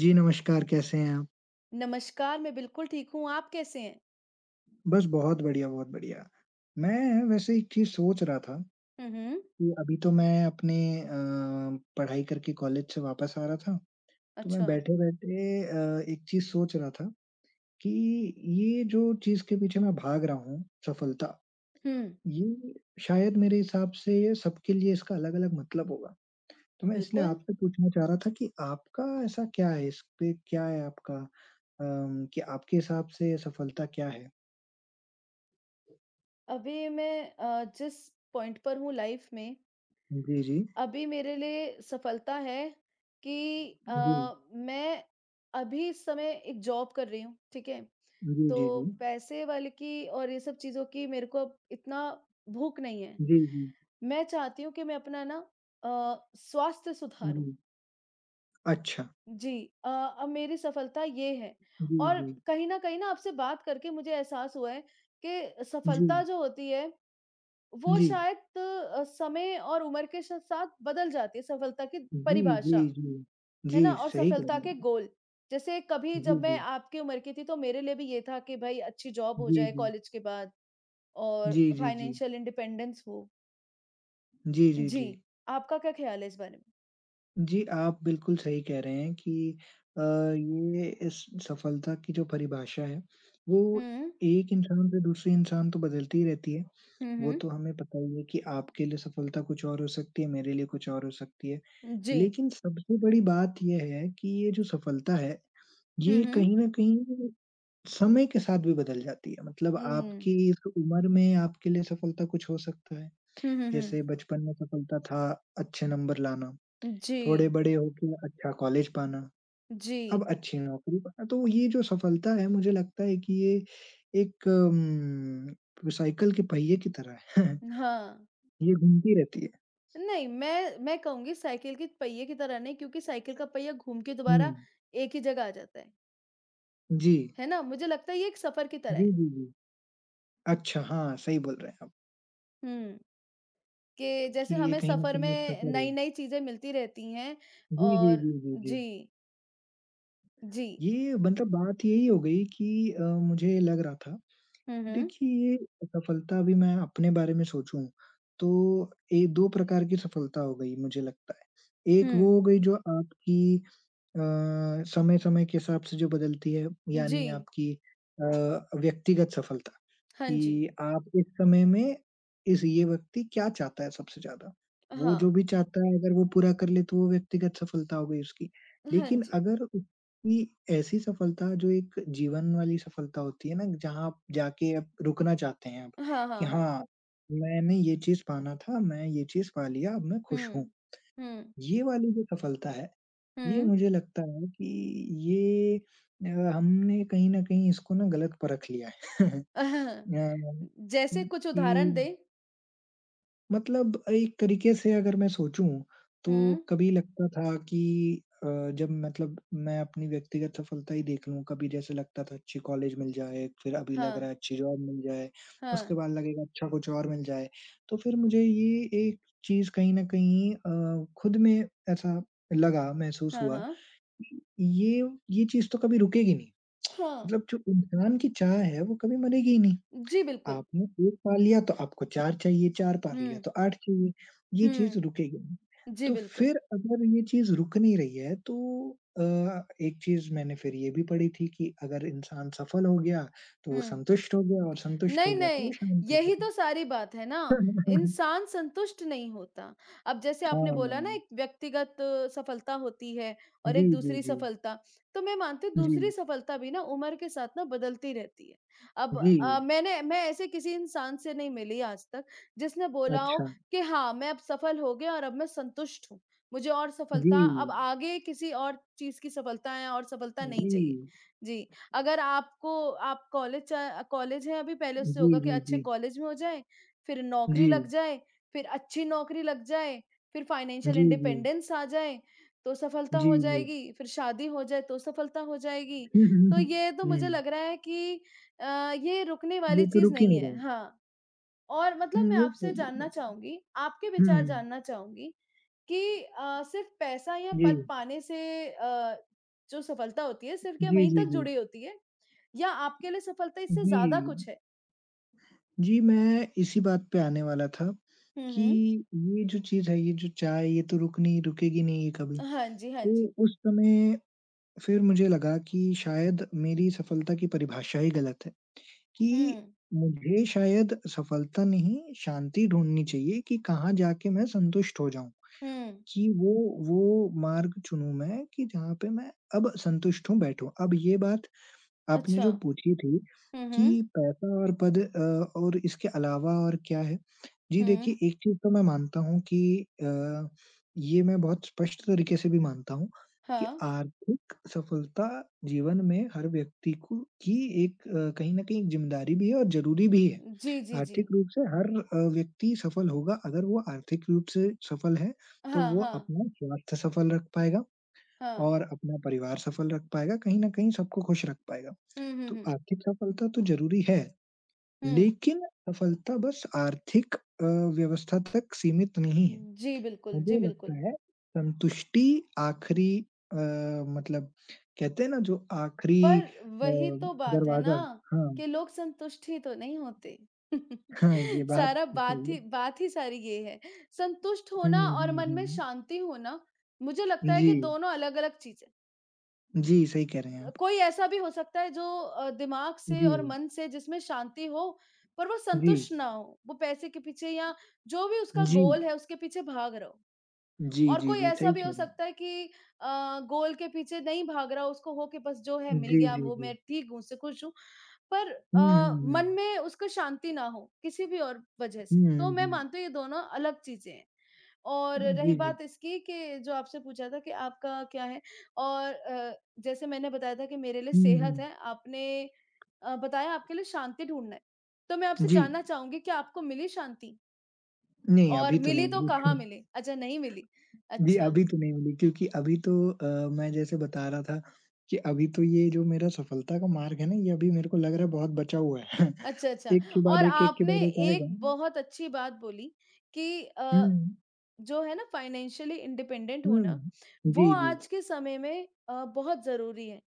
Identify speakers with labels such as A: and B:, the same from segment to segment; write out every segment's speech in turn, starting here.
A: जी, नमस्कार, कैसे हैं आप?
B: नमस्कार, मैं बिल्कुल ठीक हूँ, आप कैसे हैं?
A: बस बहुत बढ़िया, बहुत बढ़िया। मैं वैसे एक चीज़ सोच रहा था
B: हुँ, हुँ।
A: कि अभी तो मैं अपने पढ़ाई करके कॉलेज से वापस आ रहा था, तो मैं
B: अच्छा।
A: बैठे-बैठे एक चीज़ सोच रहा था कि ये जो चीज़ के पीछे मैं भाग रहा हूँ, सफलता,
B: हुँ,
A: ये शायद मेरे हिसाब से सबके लिए इसका अलग-अलग मतलब होगा। तो मैं इसलिए
B: बिल्कुल।
A: आपसे पूछना चाह रहा था कि आपका ऐसा क्या है, इस पे क्या है आपका कि आपके हिसाब से सफलता क्या है?
B: अभी मैं जिस पॉइंट पर हूँ लाइफ़ में,
A: जी, जी।
B: अभी मेरे लिए सफलता है कि
A: जी।
B: मैं अभी इस समय एक जॉब कर रही हूँ, ठीक है?
A: जी, जी,
B: तो
A: जी।
B: पैसे वाले की और ये सब चीज़ों की मेरे को अब इतना भूख नहीं है।
A: जी, जी,
B: मैं चाहती हूँ कि मैं अपना ना अ, स्वास्थ्य सुधारूँ।
A: जी। अच्छा।
B: जी अब मेरी सफलता ये है।
A: जी,
B: और
A: जी।
B: कहीं न कहीं ना आपसे बात करके मुझे एहसास हुआ है कि
A: जी,
B: सफलता जो होती है वो
A: जी।
B: शायद समय और उम्र के श साथ बदल जाती है, सफलता की
A: जी, जी,
B: परिभाषा,
A: जी।
B: है
A: जी,
B: ना? और
A: सही कह
B: सफलता
A: रहे
B: के
A: हैं।
B: गोल। जैसे कभी
A: जी,
B: जब मैं
A: जी।
B: आपकी उम्र की थी तो मेरे लिए भी ये था कि भाई अच्छी जॉब हो
A: जी,
B: जाए
A: जी।
B: कॉलेज के बाद और
A: जी, जी, जी।
B: फाइनेंशियल इंडिपेंडेंस हो।
A: जी, जी,
B: जी,
A: जी।
B: आपका क्या ख़्याल है इस बारे में?
A: जी, आप बिल्कुल सही कह रहे हैं कि ये इस सफलता की जो परिभाषा है, वो
B: हुँ।
A: एक इंसान से दूसरे इंसान तो बदलती ही रहती है।
B: हुँ,
A: वो
B: हुँ।
A: तो हमें पता ही है कि आपके लिए सफलता कुछ और हो सकती है, मेरे लिए कुछ और हो सकती है।
B: जी।
A: लेकिन सबसे बड़ी बात ये है कि ये जो सफलता है
B: हुँ,
A: ये
B: हुँ।
A: कहीं न कहीं समय के साथ भी बदल जाती है। मतलब
B: हुँ।
A: आपकी इस उम्र में आपके लिए सफलता कुछ हो सकता है।
B: हुँ, हुँ, हुँ।
A: जैसे बचपन में सफलता था अच्छे नंबर लाना, थोड़े
B: जी,
A: बड़े होके अच्छा कॉलेज पाना,
B: जी।
A: अब अच्छी नौकरी पाना। तो ये जो सफलता है मुझे लगता है कि ये एक साइकिल के पहिए की तरह है।
B: हाँ,
A: ये घूमती रहती है।
B: नहीं, मैं कहूँगी साइकिल के पहिए की तरह नहीं, क्योंकि साइकिल का पहिया घूम के
A: हुँ।
B: दोबारा एक ही जगह आ जाता
A: जी।
B: है ना? मुझे लगता है ये एक सफ़र की तरह
A: जी,
B: है।
A: जी, जी। अच्छा हाँ, सही बोल रहे हैं आप
B: हुँ, कि
A: कि
B: जैसे
A: ये
B: हमें
A: कहीं न
B: सफ़र
A: कहीं एक
B: में
A: सफर है।
B: नई-नई चीज़ें मिलती रहती हैं,
A: जी, जी,
B: और
A: जी, जी, जी।
B: जी, जी।
A: ये मतलब बात यही हो गई कि मुझे लग रहा था,
B: हुँ, हुँ।
A: देखिए ये सफलता अभी मैं अपने बारे में सोचूँ, तो ये 2 प्रकार की सफलता हो गई मुझे लगता है। एक वो
B: हुँ,
A: हो गई जो आपकी समय-समय के हिसाब से जो बदलती है यानी
B: जी।
A: आपकी अ, व्यक्तिगत सफलता
B: हाँ जी।
A: कि आप इस समय में इस ये व्यक्ति क्या चाहता है सबसे ज़्यादा। वो
B: हाँ।
A: जो भी चाहता है अगर वो पूरा कर ले तो वो व्यक्तिगत सफलता हो गई उसकी।
B: हाँ
A: लेकिन
B: जी।
A: अगर उसकी ऐसी सफलता जो एक जीवन वाली सफलता होती है ना जहाँ आप जाके आप रुकना चाहते हैं आप
B: हाँ,
A: कि
B: हाँ, हाँ।
A: हाँ, मैंने ये चीज़ पाना था, मैं ये चीज़ पा लिया, अब मैं खुश हूँ।
B: हुँ। हुँ,
A: ये वाली जो सफलता है ये
B: हुँ।
A: मुझे लगता है कि ये हमने कहीं न कहीं इसको ना गलत परख लिया है। अ,
B: जैसे कुछ
A: कि
B: उदाहरण दें?
A: मतलब एक तरीके से अगर मैं सोचूँ तो
B: हुँ।
A: कभी लगता था कि अ, जब मतलब मैं अपनी व्यक्तिगत सफलता ही देख लूँ, कभी जैसे लगता था अच्छे कॉलेज मिल जाए, फिर अभी लग
B: हाँ,
A: रहा है अच्छी जॉब मिल जाए, उसके
B: हाँ।
A: बाद लगेगा अच्छा कुछ और मिल जाए। तो फिर मुझे ये एक चीज़ कहीं न कहीं खुद में ऐसा लगा, महसूस
B: हाँ,
A: हुआ
B: हाँ।
A: ये ये चीज़ तो कभी रुकेगी नहीं।
B: हाँ,
A: मतलब जो इंसान की चाह है वो कभी मरेगी ही नहीं।
B: जी बिल्कुल।
A: आपने 1 पा लिया तो आपको 4 चाहिए, 4 पा लिया
B: हुँ,
A: तो 8 चाहिए, ये चीज़
B: हुँ।
A: रुकेगी नहीं।
B: जी
A: तो
B: बिल्कुल।
A: फिर अगर ये चीज़ रुक नहीं रही है तो अ, एक चीज़ मैंने फिर ये भी पढ़ी थी कि अगर इंसान सफल हो गया तो वो
B: हुँ।
A: संतुष्ट हो गया और संतुष्ट हो
B: नहीं,
A: गया तो वो
B: नहीं,
A: शांत हो
B: यही
A: गया।
B: तो सारी बात है ना, इंसान संतुष्ट नहीं होता। अब जैसे आपने बोला ना,
A: हाँ।
B: एक व्यक्तिगत सफलता होती है और
A: जी,
B: एक
A: जी,
B: दूसरी
A: जी।
B: सफलता, तो मैं मानती हूँ
A: जी,
B: दूसरी सफलता भी ना उम्र के साथ ना बदलती रहती है। अब
A: जी।
B: मैं ऐसे किसी इंसान से नहीं मिली आज तक जिसने बोला हो
A: अच्छा।
B: कि हाँ, मैं अब सफल हो गया और अब मैं संतुष्ट हूँ। मुझे और
A: जी।
B: सफलता अब आगे किसी और चीज़ की सफलताएँ और सफलता नहीं
A: जी।
B: चाहिए। जी। अगर आपको आप कॉलेज चा कॉलेज है अभी, पहले उससे
A: जी,
B: होगा कि
A: जी,
B: अच्छे
A: जी।
B: कॉलेज में हो जाए, फिर
A: जी।
B: नौकरी लग जाए, फिर अच्छी नौकरी लग जाए, फिर फाइनेंशियल
A: जी, जी।
B: इंडिपेंडेंस आ जाए, तो सफलता
A: जी,
B: हो
A: जी।
B: जाएगी, फिर शादी हो जाए तो सफलता हो जाएगी। तो ये तो
A: हुँ,
B: मुझे लग रहा है कि ये रुकने
A: ये
B: वाली
A: तो
B: चीज़
A: रुक ही
B: नहीं
A: नहीं
B: है।
A: रहा।
B: हाँ, और
A: हुँ,
B: मतलब मैं
A: ये सही
B: आपसे जानना
A: बोला।
B: चाहूँगी, आपके
A: हुँ,
B: विचार जानना चाहूँगी कि सिर्फ़ पैसा या
A: जी।
B: पद पाने से अ, जो सफलता होती है, सिर्फ़ क्या
A: जी,
B: वहीं
A: जी,
B: तक
A: जी।
B: जुड़ी होती है? या आपके लिए सफलता इससे ज़्यादा
A: जी।
B: कुछ है।
A: जी, मैं इसी बात पे आने वाला था
B: हुँ,
A: कि
B: हुँ।
A: ये जो चीज़ है, ये जो चाय ये तो रुकेगी नहीं ये कभी।
B: हाँ जी, हाँ जी।
A: तो उस समय फिर मुझे लगा कि शायद मेरी सफलता की परिभाषा ही गलत है कि
B: हुँ,
A: मुझे शायद सफलता नहीं, शांति ढूँढनी चाहिए कि कहाँ जाके मैं संतुष्ट हो जाऊँ।
B: हुँ।
A: कि वो मार्ग चुनूँ मैं कि जहाँ पे मैं अब संतुष्ट हूँ, बैठूँ। अब ये बात आपने
B: अच्छा।
A: जो पूछी थी
B: हुँ, हुँ,
A: कि पैसा और पद और इसके अलावा और क्या है? जी,
B: हुँ।
A: देखिए एक चीज़ तो मैं मानता हूँ कि अ, ये मैं बहुत स्पष्ट तरीके से भी मानता हूँ कि
B: हाँ।
A: आर्थिक सफलता जीवन में हर व्यक्ति को की एक कहीं न कहीं ज़िम्मेदारी भी है और ज़रूरी भी है।
B: जी, जी, जी।
A: आर्थिक रूप से हर व्यक्ति सफल होगा अगर वो आर्थिक रूप से सफल है, तो
B: हाँ,
A: वो
B: हाँ,
A: अपना स्वास्थ्य सफल रख पाएगा
B: हाँ।
A: और अपना परिवार सफल रख पाएगा, कहीं न कहीं सबको खुश रख पाएगा।
B: हुँ, हुँ,
A: तो
B: हुँ,
A: आर्थिक सफलता तो ज़रूरी है,
B: हुँ।
A: लेकिन सफलता बस आर्थिक व्यवस्था तक सीमित नहीं है।
B: जी, बिल्कुल, जी,
A: मुझे लगता
B: बिल्कुल।
A: है संतुष्टि आखिरी अ, मतलब कहते हैं ना जो आखिरी
B: पर वही तो बात है
A: दरवाज़ा
B: ना,
A: हाँ,
B: कि लोग संतुष्ट ही तो नहीं होते।
A: हाँ, ये बात
B: सारा
A: तो सही
B: बात
A: है।
B: ही बात ही सारी ये है। संतुष्ट
A: हुँ,
B: होना और
A: हुँ,
B: मन में
A: हुँ।
B: शांति होना, मुझे लगता है
A: जी,
B: कि दोनों अलग-अलग चीज़ है।
A: जी, सही कह रहे हैं
B: ब
A: आप।
B: कोई ऐसा भी हो सकता है जो दिमाग से
A: जी,
B: और मन से, जिसमें शांति हो, पर वो
A: जी,
B: संतुष्ट ना हो, वो पैसे के पीछे या जो भी उसका
A: जी,
B: गोल है उसके पीछे भाग रहा हो।
A: जी,
B: और
A: जी,
B: कोई
A: जी,
B: ऐसा
A: सही
B: भी हो
A: कह रहे हैं।
B: सकता है कि गोल के पीछे नहीं भाग रहा, उसको हो कि बस जो है मिल
A: जी,
B: गया,
A: जी,
B: वो
A: जी।
B: मैं ठीक हूँ, उससे खुश हूँ, पर
A: हुँ, हुँ,
B: मन
A: हुँ।
B: में उसको शांति ना हो किसी भी और वजह से।
A: हुँ,
B: तो मैं
A: हुँ।
B: मानती हूँ ये दोनों अलग चीजें हैं। और रही
A: जी, जी।
B: बात इसकी कि जो आपसे पूछा था कि आपका क्या है, और जैसे मैंने बताया था कि मेरे लिए
A: हुँ,
B: सेहत
A: हुँ।
B: है, आपने बताया आपके लिए शांति ढूंढना है, तो मैं आपसे
A: जी।
B: जानना चाहूंगी कि आपको मिली शांति?
A: नहीं,
B: और
A: अभी तो
B: मिली
A: नहीं
B: तो कहाँ
A: मिली।
B: मिली? अच्छा, नहीं मिली,
A: जी,
B: अच्छा,
A: अभी तो नहीं मिली क्योंकि अभी तो मैं जैसे बता रहा था कि अभी तो ये जो मेरा सफलता का मार्ग है ना, ये अभी मेरे को लग रहा है बहुत बचा हुआ है।
B: अच्छा, अच्छा।
A: एक के बाद
B: और
A: एक, एक के
B: आपने
A: बाद एक आएगा।
B: एक बहुत अच्छी बात बोली कि
A: हुँ,
B: जो है ना फाइनेंशियली इंडिपेंडेंट
A: हुँ।
B: होना, वो
A: जी, जी।
B: आज के समय में बहुत ज़रूरी है।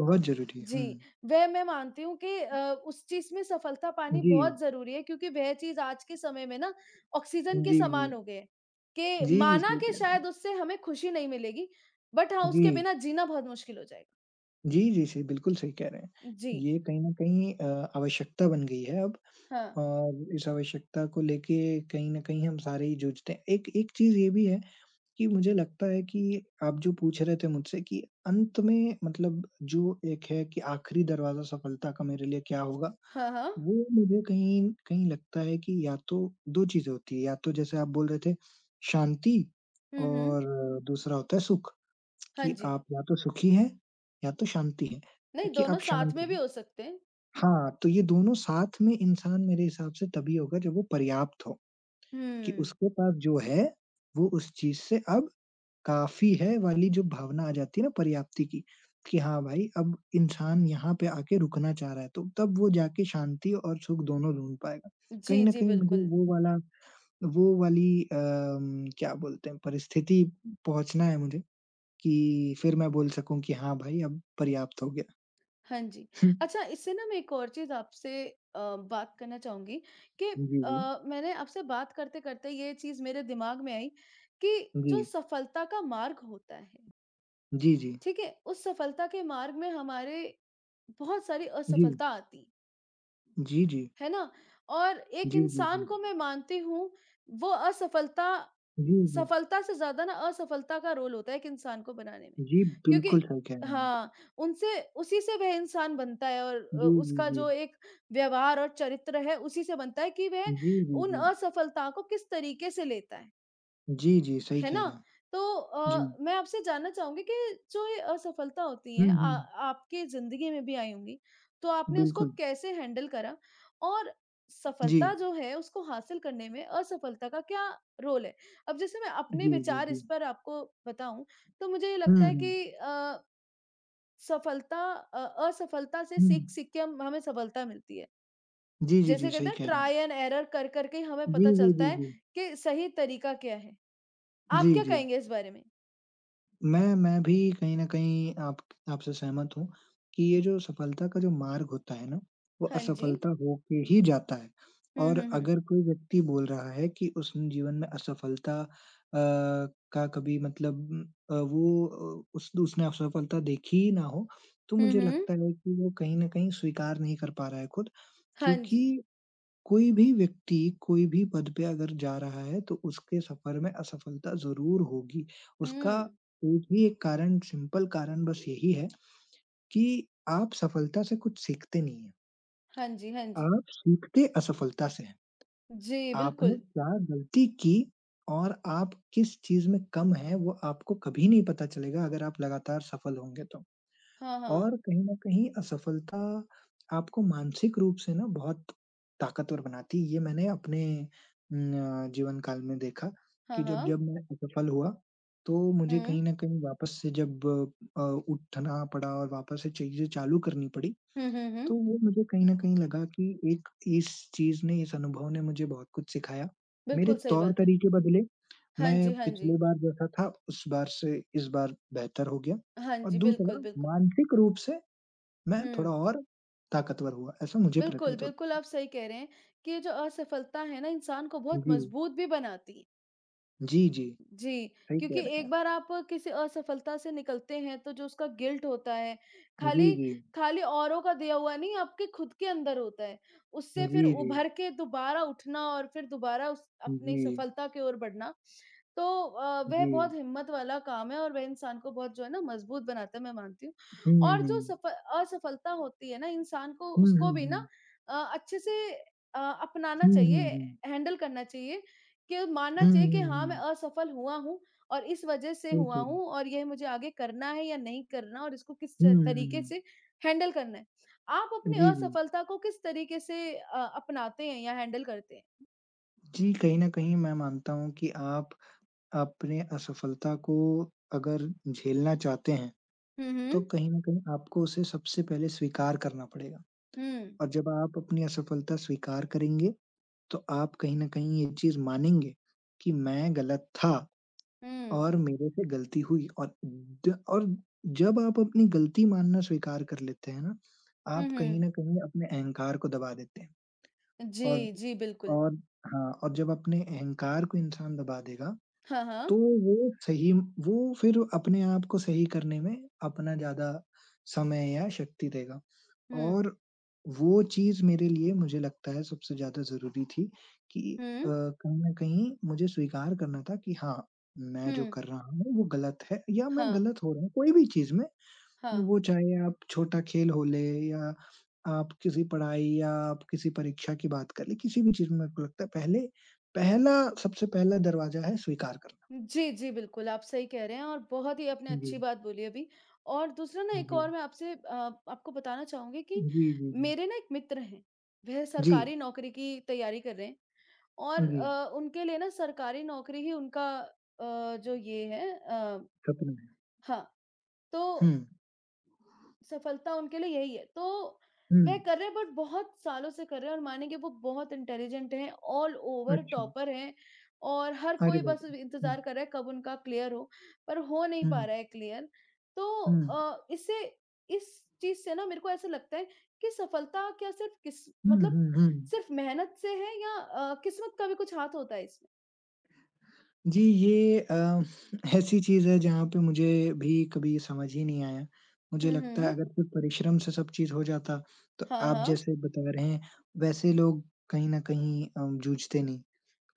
A: बहुत ज़रूरी है।
B: जी,
A: हुँ।
B: वह मैं मानती हूँ कि उस चीज़ में सफलता पानी
A: जी,
B: बहुत ज़रूरी है, क्योंकि वह चीज़ आज के समय में ना ऑक्सीजन के
A: जी, जी।
B: समान हो गई है, कि
A: जी, जी,
B: माना
A: सही
B: कि
A: कह रहे हैं।
B: शायद उससे हमें खुशी नहीं मिलेगी, बट हाँ,
A: जी।
B: उसके बिना जीना बहुत मुश्किल हो जाएगा।
A: जी, जी, सही बिल्कुल सही कह रहे हैं।
B: जी,
A: ये कहीं न कहीं आवश्यकता बन गई है अब
B: हाँ।
A: और इस आवश्यकता को लेके कहीं न कहीं हम सारे ही जूझते हैं। एक एक चीज़ ये भी है कि मुझे लगता है कि आप जो पूछ रहे थे मुझसे कि अंत में मतलब जो एक है कि आखिरी दरवाज़ा सफलता का मेरे लिए क्या होगा?
B: हाँ, हाँ।
A: वो मुझे कहीं कहीं लगता है कि या तो 2 चीज़ें होती है, या तो जैसे आप बोल रहे थे शांति
B: हुँ, हुँ।
A: और दूसरा होता है सुख,
B: हाँ
A: कि
B: जी।
A: आप या तो सुखी हैं या तो शांति हैं,
B: नहीं,
A: कि
B: दोनों
A: आप
B: साथ
A: शांत
B: में भी
A: हैं।
B: हो सकते हैं।
A: हाँ, तो ये दोनों साथ में इंसान मेरे हिसाब से तभी होगा जब वो पर्याप्त हो, कि
B: हुँ।
A: उसके पास जो है वो उस चीज़ से अब काफ़ी है वाली जो भावना आ जाती है ना पर्याप्ति की, कि हाँ भाई अब इंसान यहाँ पे आके रुकना चाह रहा है, तो तब वो जाके शांति और सुख दोनों ढूँढ पाएगा। कहीं
B: जी,
A: न
B: जी,
A: कहीं मुझे
B: बिल्कुल।
A: वो वाला वो वाली अम, क्या बोलते हैं परिस्थिति पहुँचना है मुझे कि फिर मैं बोल सकूँ कि हाँ भाई अब पर्याप्त हो गया।
B: हाँ जी। अच्छा, इससे ना मैं एक और चीज़ आपसे बात करना चाहूँगी कि
A: जी, जी।
B: मैंने आपसे बात करते-करते ये चीज़ मेरे दिमाग में आई कि
A: जी।
B: जो सफलता का मार्ग होता है,
A: जी, जी।
B: ठीक है? उस सफलता के मार्ग में हमारे बहुत सारी
A: जी।
B: असफलता आती है।
A: जी, जी।
B: है ना? और एक
A: जी, जी,
B: इंसान
A: जी।
B: को, मैं मानती हूँ, वो असफलता
A: जी, जी।
B: सफलता से ज़्यादा ना असफलता का रोल होता है एक इंसान को बनाने में।
A: जी, बिल्कुल
B: क्योंकि
A: सही कह रहे हैं आप।
B: हाँ, उनसे उसी से वह इंसान बनता है, और
A: जी, जी,
B: उसका
A: जी।
B: जो एक व्यवहार और चरित्र है, उसी से बनता है कि वह
A: जी, जी,
B: उन
A: जी।
B: असफलता को किस तरीके से लेता है।
A: जी, जी, सही
B: है
A: कह
B: ना?
A: रहे हैं।
B: तो
A: जी।
B: मैं आपसे जानना चाहूँगी कि जो ये असफलता होती
A: हुँ,
B: है आ
A: हुँ।
B: आपकी ज़िंदगी में भी आई होंगी, तो आपने उसको
A: बिल्कुल।
B: कैसे हैंडल करा? और
A: जी।
B: सफलता जो है उसको हासिल करने में असफलता का क्या रोल है? अब जैसे मैं अपने
A: जी, जी,
B: विचार
A: जी।
B: इस पर आपको बताऊँ, तो मुझे ये
A: हुँ,
B: लगता है
A: हुँ।
B: कि सफलता अ, असफलता से
A: हुँ।
B: सीख-सीख के हम हमें सफलता मिलती है।
A: जी, जी, जी,
B: जैसे
A: सही
B: कहते हैं
A: कह रहे हैं।
B: ट्राई एंड एरर कर-कर के ही हमें
A: जी,
B: पता
A: जी,
B: चलता
A: जी,
B: है
A: जी।
B: कि सही तरीका क्या है।
A: जी,
B: आप क्या
A: जी।
B: कहेंगे इस बारे में?
A: मैं भी कहीं न कहीं आप आपसे सहमत हूँ कि ये जो सफलता का जो मार्ग होता है ना, वो
B: हाँ जी।
A: असफलता होके ही जाता है
B: हुँ,
A: और
B: हुँ, हुँ।
A: अगर कोई व्यक्ति बोल रहा है कि उसने जीवन में असफलता का कभी मतलब अ, वो अ, उस उसने असफलता देखी ही ना हो, तो
B: हुँ,
A: मुझे
B: हुँ।
A: लगता है कि वो कहीं न कहीं स्वीकार नहीं कर पा रहा है खुद
B: हाँ
A: क्योंकि
B: जी।
A: कोई भी व्यक्ति कोई भी पद पे अगर जा रहा है तो उसके सफर में असफलता ज़रूर होगी। उसका
B: हुँ।
A: एक कारण सिंपल कारण बस यही है कि आप सफलता से कुछ सीखते नहीं हैं।
B: हाँ जी, हाँ जी।
A: आप सीखते असफलता से हैं।
B: जी,
A: आपने
B: बिल्कुल।
A: क्या गलती की और आप किस चीज़ में कम हैं वो आपको कभी नहीं पता चलेगा अगर आप लगातार सफल होंगे तो।
B: हाँ,
A: और
B: हाँ।
A: कहीं न कहीं असफलता आपको मानसिक रूप से ना बहुत ताकतवर बनाती है। ये मैंने अपने न जीवन काल में देखा
B: हाँ,
A: कि
B: हाँ।
A: जब-जब मैं असफल हुआ, तो मुझे कहीं
B: हुँ।
A: न कहीं वापस से जब अ, उठना पड़ा और वापस से चीज़ें चालू करनी पड़ी,
B: हुँ, हुँ, हुँ।
A: तो वो मुझे कहीं न कहीं लगा कि एक इस चीज़ ने, इस अनुभव ने मुझे बहुत कुछ सिखाया। मेरे
B: बिल्कुल सही बात है।
A: तौर-तरीके बदले,
B: हाँ
A: मैं
B: जी, हाँ जी।
A: पिछली बार जैसा था, उस बार से इस बार बेहतर हो गया
B: हाँ
A: और
B: जी, बिल्कुल,
A: दूसरा
B: बिल्कुल।
A: मानसिक रूप से मैं
B: हुँ।
A: थोड़ा और ताकतवर हुआ, ऐसा मुझे
B: बिल्कुल,
A: प्रतीत
B: बिल्कुल,
A: होता
B: आप सही कह रहे हैं कि ये जो असफलता है ना, इंसान को बहुत
A: जी।
B: मजबूत भी बनाती है।
A: जी, जी,
B: जी,
A: सही कह
B: क्योंकि
A: रहे हैं।
B: एक
A: आप।
B: बार आप किसी असफलता से निकलते हैं तो जो उसका गिल्ट होता है,
A: जी,
B: खाली
A: जी।
B: खाली औरों का दिया हुआ नहीं, आपके खुद के अंदर होता है। उससे
A: जी,
B: फिर
A: जी।
B: उभर के दोबारा उठना और फिर दोबारा उस अपनी
A: जी,
B: सफलता की ओर बढ़ना, तो वह
A: जी।
B: बहुत हिम्मत वाला काम है और वह इंसान को बहुत जो है ना मजबूत बनाता है, मैं मानती हूँ। और जो
A: हुँ।
B: सफ असफलता होती है ना, इंसान को
A: हुँ,
B: उसको
A: हुँ,
B: भी ना
A: हुँ।
B: अच्छे से अपनाना
A: हुँ, हुँ,
B: चाहिए,
A: हुँ।
B: हैंडल करना चाहिए, कि मानना
A: हुँ,
B: चाहिए कि
A: हुँ,
B: हाँ, मैं
A: हुँ।
B: असफल हुआ हूँ और इस वजह से
A: सही कह
B: हुआ
A: रहे हैं।
B: हूँ और यह मुझे आगे करना है या नहीं करना और इसको किस
A: हुँ,
B: त
A: हुँ,
B: तरीके
A: हुँ।
B: से हैंडल करना है। आप अपनी
A: जी, जी।
B: असफलता को किस तरीके से अपनाते हैं या हैंडल करते हैं?
A: जी, कहीं न कहीं मैं मानता हूँ कि आप अपने असफलता को अगर झेलना चाहते हैं,
B: हुँ,
A: तो
B: हुँ।
A: कहीं न कहीं आपको उसे सबसे पहले स्वीकार करना पड़ेगा
B: हुँ,
A: और जब आप अपनी असफलता स्वीकार करेंगे तो आप कहीं न कहीं ये चीज़ मानेंगे कि मैं गलत था
B: हुँ,
A: और मेरे से गलती हुई और द और जब आप अपनी गलती मानना स्वीकार कर लेते हैं ना,
B: हुँ,
A: आप कहीं
B: हुँ।
A: न कहीं अपने अहंकार को दबा देते हैं और
B: जी, जी, बिल्कुल।
A: और हाँ, और जब अपने अहंकार को इंसान दबा देगा,
B: हाँ, हाँ।
A: तो वो फिर अपने आप को सही करने में अपना ज़्यादा समय या शक्ति देगा
B: हुँ,
A: और वो चीज़ मेरे लिए मुझे लगता है सबसे ज़्यादा ज़रूरी थी कि
B: हुँ,
A: कहीं न कहीं मुझे स्वीकार करना था कि हाँ, मैं जो
B: हुँ।
A: कर रहा हूँ वो गलत है या मैं
B: हाँ,
A: गलत हो रहा हूँ, कोई भी चीज़ में।
B: हाँ।
A: वो चाहे आप छोटा खेल हो ले या आप किसी पढ़ाई या आप किसी परीक्षा की बात कर लें, किसी भी चीज़ में मेरे को लगता है पहले पहला सबसे पहला दरवाज़ा है स्वीकार करना।
B: जी, जी, बिल्कुल, आप सही कह रहे हैं और बहुत ही आपने
A: जी।
B: अच्छी बात बोली अभी। और दूसरा ना, एक
A: जी।
B: और मैं आपसे आपको बताना चाहूँगी कि
A: जी, जी, जी।
B: मेरे ना एक मित्र हैं, वह
A: जी,
B: सरकारी नौकरी की तैयारी कर रहे हैं, और
A: जी,
B: उनके लिए ना सरकारी नौकरी ही उनका जो ये है
A: सपना है।
B: हाँ, तो
A: हुँ,
B: सफलता उनके लिए यही है। तो
A: हुँ,
B: वह कर रहे हैं, बट बहुत सालों से कर रहे हैं, और मानेंगे वो बहुत इंटेलिजेंट हैं, ऑल ओवर
A: अच्छा।
B: टॉपर हैं, और हर
A: अरे
B: कोई
A: बाप
B: बस
A: रे! हुँ,
B: इंतज़ार कर रहा है कब उनका क्लियर हो, पर हो नहीं
A: हुँ,
B: पा रहा है क्लियर। तो
A: हुँ,
B: इससे इस चीज़ से ना मेरे को ऐसा लगता है कि सफलता क्या सिर्फ़ किस
A: हुँ,
B: मतलब
A: हुँ, हुँ।
B: सिर्फ़ मेहनत से है, या किस्मत का भी कुछ हाथ होता है इसमें?
A: जी, ये ऐसी चीज़ है जहाँ पे मुझे भी कभी समझ ही नहीं आया। मुझे
B: हुँ,
A: लगता है
B: हुँ।
A: अगर सिर्फ परिश्रम से सब चीज़ हो जाता, तो
B: हाँ,
A: आप
B: हाँ।
A: जैसे बता रहे हैं, वैसे लोग कहीं न कहीं जूझते नहीं।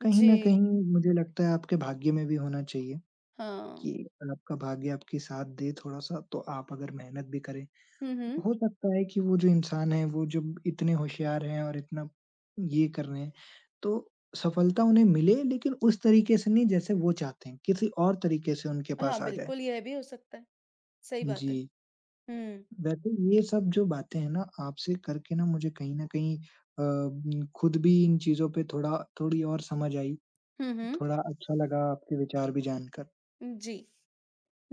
A: कहीं
B: जी।
A: न कहीं मुझे लगता है आपके भाग्य में भी होना चाहिए
B: हाँ।
A: कि आपका भाग्य आपके साथ दे थोड़ा-सा, तो आप अगर मेहनत भी करें
B: हुँ, हुँ।
A: हो सकता है कि वो जो इंसान है, वो जब इतने होशियार हैं और इतना ये कर रहे हैं, तो सफलता उन्हें मिले लेकिन उस तरीके से नहीं जैसे वो चाहते हैं, किसी और तरीके से उनके पास
B: हाँ,
A: आ जाए।
B: बिल्कुल यह भी हो सकता है। सही बात है।
A: जी,
B: हुँ।
A: वैसे ये सब जो बातें हैं ना, आपसे करके ना मुझे कहीं न कहीं खुद भी इन चीज़ों पे थोड़ा थोड़ी और समझ आई,
B: हुँ, हुँ।
A: थोड़ा अच्छा लगा आपके विचार भी जानकर।
B: जी।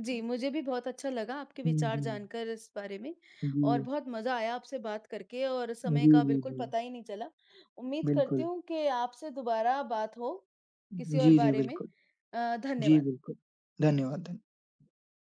B: जी, मुझे भी बहुत अच्छा लगा आपके
A: हुँ,
B: विचार
A: हुँ।
B: जानकर इस बारे में, और
A: जी,
B: बहुत मज़ा आया आपसे बात करके, और समय
A: जी,
B: का
A: जी,
B: बिल्कुल
A: जी।
B: पता ही नहीं चला। उम्मीद करती
A: बिल्कुल।
B: हूँ कि आपसे दोबारा बात हो किसी
A: जी,
B: और
A: जी,
B: बारे में।
A: बिल्कुल। जी,
B: धन्यवाद।
A: बिल्कुल। धन्यवाद।